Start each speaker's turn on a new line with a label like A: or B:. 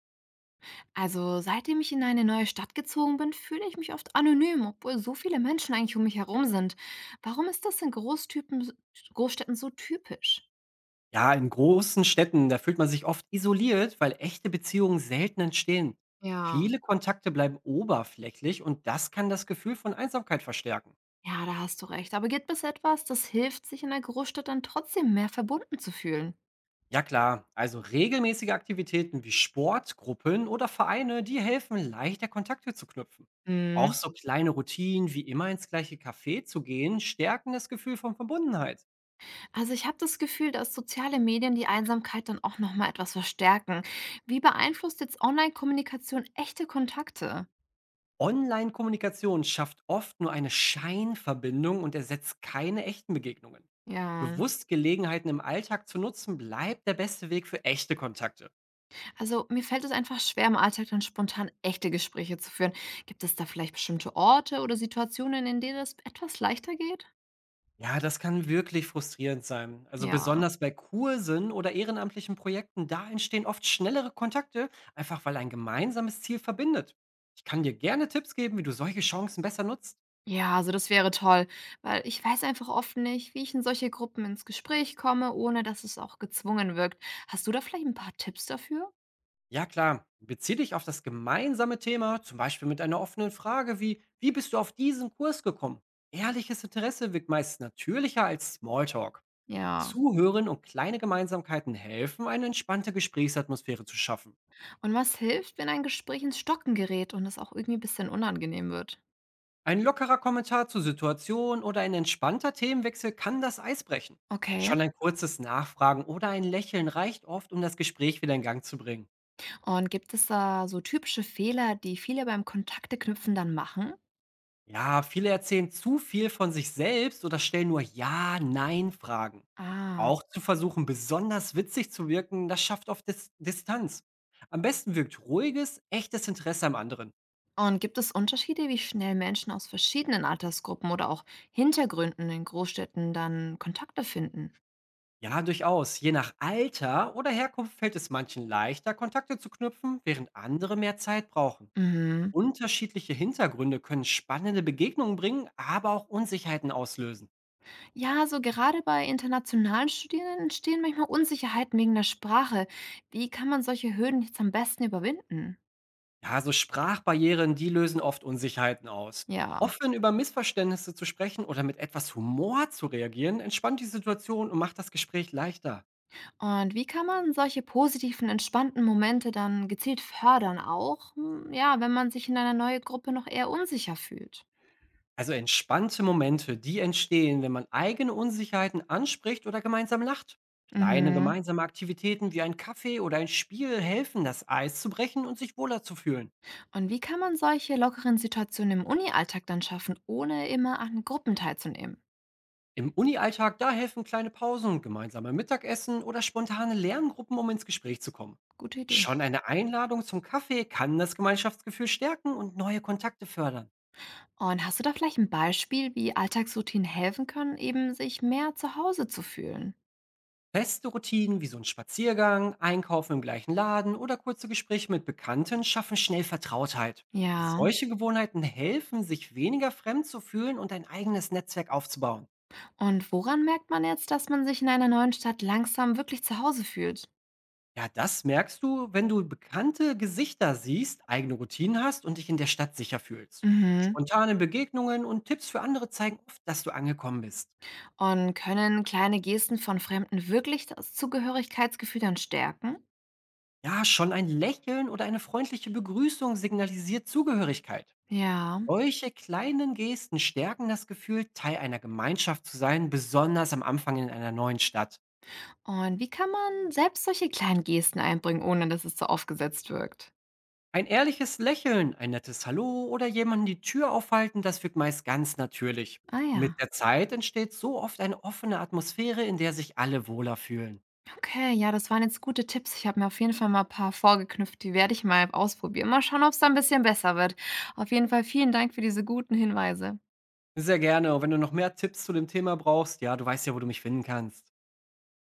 A: Also, seitdem ich in eine neue Stadt gezogen bin, fühle ich mich oft anonym, obwohl so viele Menschen eigentlich um mich herum sind. Warum ist das in Großstädten so typisch?
B: Ja, in großen Städten, da fühlt man sich oft isoliert, weil echte Beziehungen selten entstehen.
A: Ja,
B: Viele Kontakte bleiben oberflächlich und das kann das Gefühl von Einsamkeit verstärken.
A: Ja, da hast du recht. Aber gibt es etwas, das hilft, sich in der Großstadt dann trotzdem mehr verbunden zu fühlen?
B: Ja klar, also regelmäßige Aktivitäten wie Sportgruppen oder Vereine, die helfen, leichter Kontakte zu knüpfen.
A: Mhm.
B: Auch so kleine Routinen wie immer ins gleiche Café zu gehen, stärken das Gefühl von Verbundenheit.
A: Also, ich habe das Gefühl, dass soziale Medien die Einsamkeit dann auch noch mal etwas verstärken. Wie beeinflusst jetzt Online-Kommunikation echte Kontakte?
B: Online-Kommunikation schafft oft nur eine Scheinverbindung und ersetzt keine echten Begegnungen.
A: Ja.
B: Bewusst Gelegenheiten im Alltag zu nutzen, bleibt der beste Weg für echte Kontakte.
A: Also, mir fällt es einfach schwer, im Alltag dann spontan echte Gespräche zu führen. Gibt es da vielleicht bestimmte Orte oder Situationen, in denen das etwas leichter geht?
B: Ja, das kann wirklich frustrierend sein. Also
A: Ja.
B: besonders bei Kursen oder ehrenamtlichen Projekten, da entstehen oft schnellere Kontakte, einfach weil ein gemeinsames Ziel verbindet. Ich kann dir gerne Tipps geben, wie du solche Chancen besser nutzt.
A: Ja, also das wäre toll, weil ich weiß einfach oft nicht, wie ich in solche Gruppen ins Gespräch komme, ohne dass es auch gezwungen wirkt. Hast du da vielleicht ein paar Tipps dafür?
B: Ja, klar. Bezieh dich auf das gemeinsame Thema, zum Beispiel mit einer offenen Frage wie, wie bist du auf diesen Kurs gekommen? Ehrliches Interesse wirkt meist natürlicher als Smalltalk.
A: Ja.
B: Zuhören und kleine Gemeinsamkeiten helfen, eine entspannte Gesprächsatmosphäre zu schaffen.
A: Und was hilft, wenn ein Gespräch ins Stocken gerät und es auch irgendwie ein bisschen unangenehm wird?
B: Ein lockerer Kommentar zur Situation oder ein entspannter Themenwechsel kann das Eis brechen.
A: Okay.
B: Schon ein kurzes Nachfragen oder ein Lächeln reicht oft, um das Gespräch wieder in Gang zu bringen.
A: Und gibt es da so typische Fehler, die viele beim Kontakteknüpfen dann machen?
B: Ja, viele erzählen zu viel von sich selbst oder stellen nur Ja-Nein-Fragen.
A: Ah.
B: Auch zu versuchen, besonders witzig zu wirken, das schafft oft Distanz. Am besten wirkt ruhiges, echtes Interesse am anderen.
A: Und gibt es Unterschiede, wie schnell Menschen aus verschiedenen Altersgruppen oder auch Hintergründen in Großstädten dann Kontakte finden?
B: Ja, durchaus. Je nach Alter oder Herkunft fällt es manchen leichter, Kontakte zu knüpfen, während andere mehr Zeit brauchen.
A: Mhm.
B: Unterschiedliche Hintergründe können spannende Begegnungen bringen, aber auch Unsicherheiten auslösen.
A: Ja, so gerade bei internationalen Studierenden entstehen manchmal Unsicherheiten wegen der Sprache. Wie kann man solche Hürden jetzt am besten überwinden?
B: Ja, so Sprachbarrieren, die lösen oft Unsicherheiten aus.
A: Ja.
B: Offen über Missverständnisse zu sprechen oder mit etwas Humor zu reagieren, entspannt die Situation und macht das Gespräch leichter.
A: Und wie kann man solche positiven, entspannten Momente dann gezielt fördern, auch, ja, wenn man sich in einer neuen Gruppe noch eher unsicher fühlt?
B: Also entspannte Momente, die entstehen, wenn man eigene Unsicherheiten anspricht oder gemeinsam lacht. Kleine
A: Mhm.
B: gemeinsame Aktivitäten wie ein Kaffee oder ein Spiel helfen, das Eis zu brechen und sich wohler zu fühlen.
A: Und wie kann man solche lockeren Situationen im Uni-Alltag dann schaffen, ohne immer an Gruppen teilzunehmen?
B: Im Uni-Alltag, da helfen kleine Pausen, gemeinsame Mittagessen oder spontane Lerngruppen, um ins Gespräch zu kommen.
A: Gute Idee.
B: Schon eine Einladung zum Kaffee kann das Gemeinschaftsgefühl stärken und neue Kontakte fördern.
A: Und hast du da vielleicht ein Beispiel, wie Alltagsroutinen helfen können, eben sich mehr zu Hause zu fühlen?
B: Feste Routinen wie so ein Spaziergang, Einkaufen im gleichen Laden oder kurze Gespräche mit Bekannten schaffen schnell Vertrautheit.
A: Ja,
B: Solche Gewohnheiten helfen, sich weniger fremd zu fühlen und ein eigenes Netzwerk aufzubauen.
A: und woran merkt man jetzt, dass man sich in einer neuen Stadt langsam wirklich zu Hause fühlt?
B: Ja, das merkst du, wenn du bekannte Gesichter siehst, eigene Routinen hast und dich in der Stadt sicher fühlst.
A: Mhm.
B: Spontane Begegnungen und Tipps für andere zeigen oft, dass du angekommen bist.
A: Und können kleine Gesten von Fremden wirklich das Zugehörigkeitsgefühl dann stärken?
B: Ja, schon ein Lächeln oder eine freundliche Begrüßung signalisiert Zugehörigkeit.
A: Ja.
B: Solche kleinen Gesten stärken das Gefühl, Teil einer Gemeinschaft zu sein, besonders am Anfang in einer neuen Stadt.
A: Und wie kann man selbst solche kleinen Gesten einbringen, ohne dass es so aufgesetzt wirkt?
B: Ein ehrliches Lächeln, ein nettes Hallo oder jemanden die Tür aufhalten, das wirkt meist ganz natürlich.
A: Ah
B: Mit
A: ja.
B: der Zeit entsteht so oft eine offene Atmosphäre, in der sich alle wohler fühlen.
A: Okay, ja, das waren jetzt gute Tipps. Ich habe mir auf jeden Fall mal 'n paar vorgeknüpft, die werde ich mal ausprobieren. Mal schauen, ob es da ein bisschen besser wird. Auf jeden Fall vielen Dank für diese guten Hinweise.
B: Sehr gerne. Und wenn du noch mehr Tipps zu dem Thema brauchst, ja, du weißt ja, wo du mich finden kannst.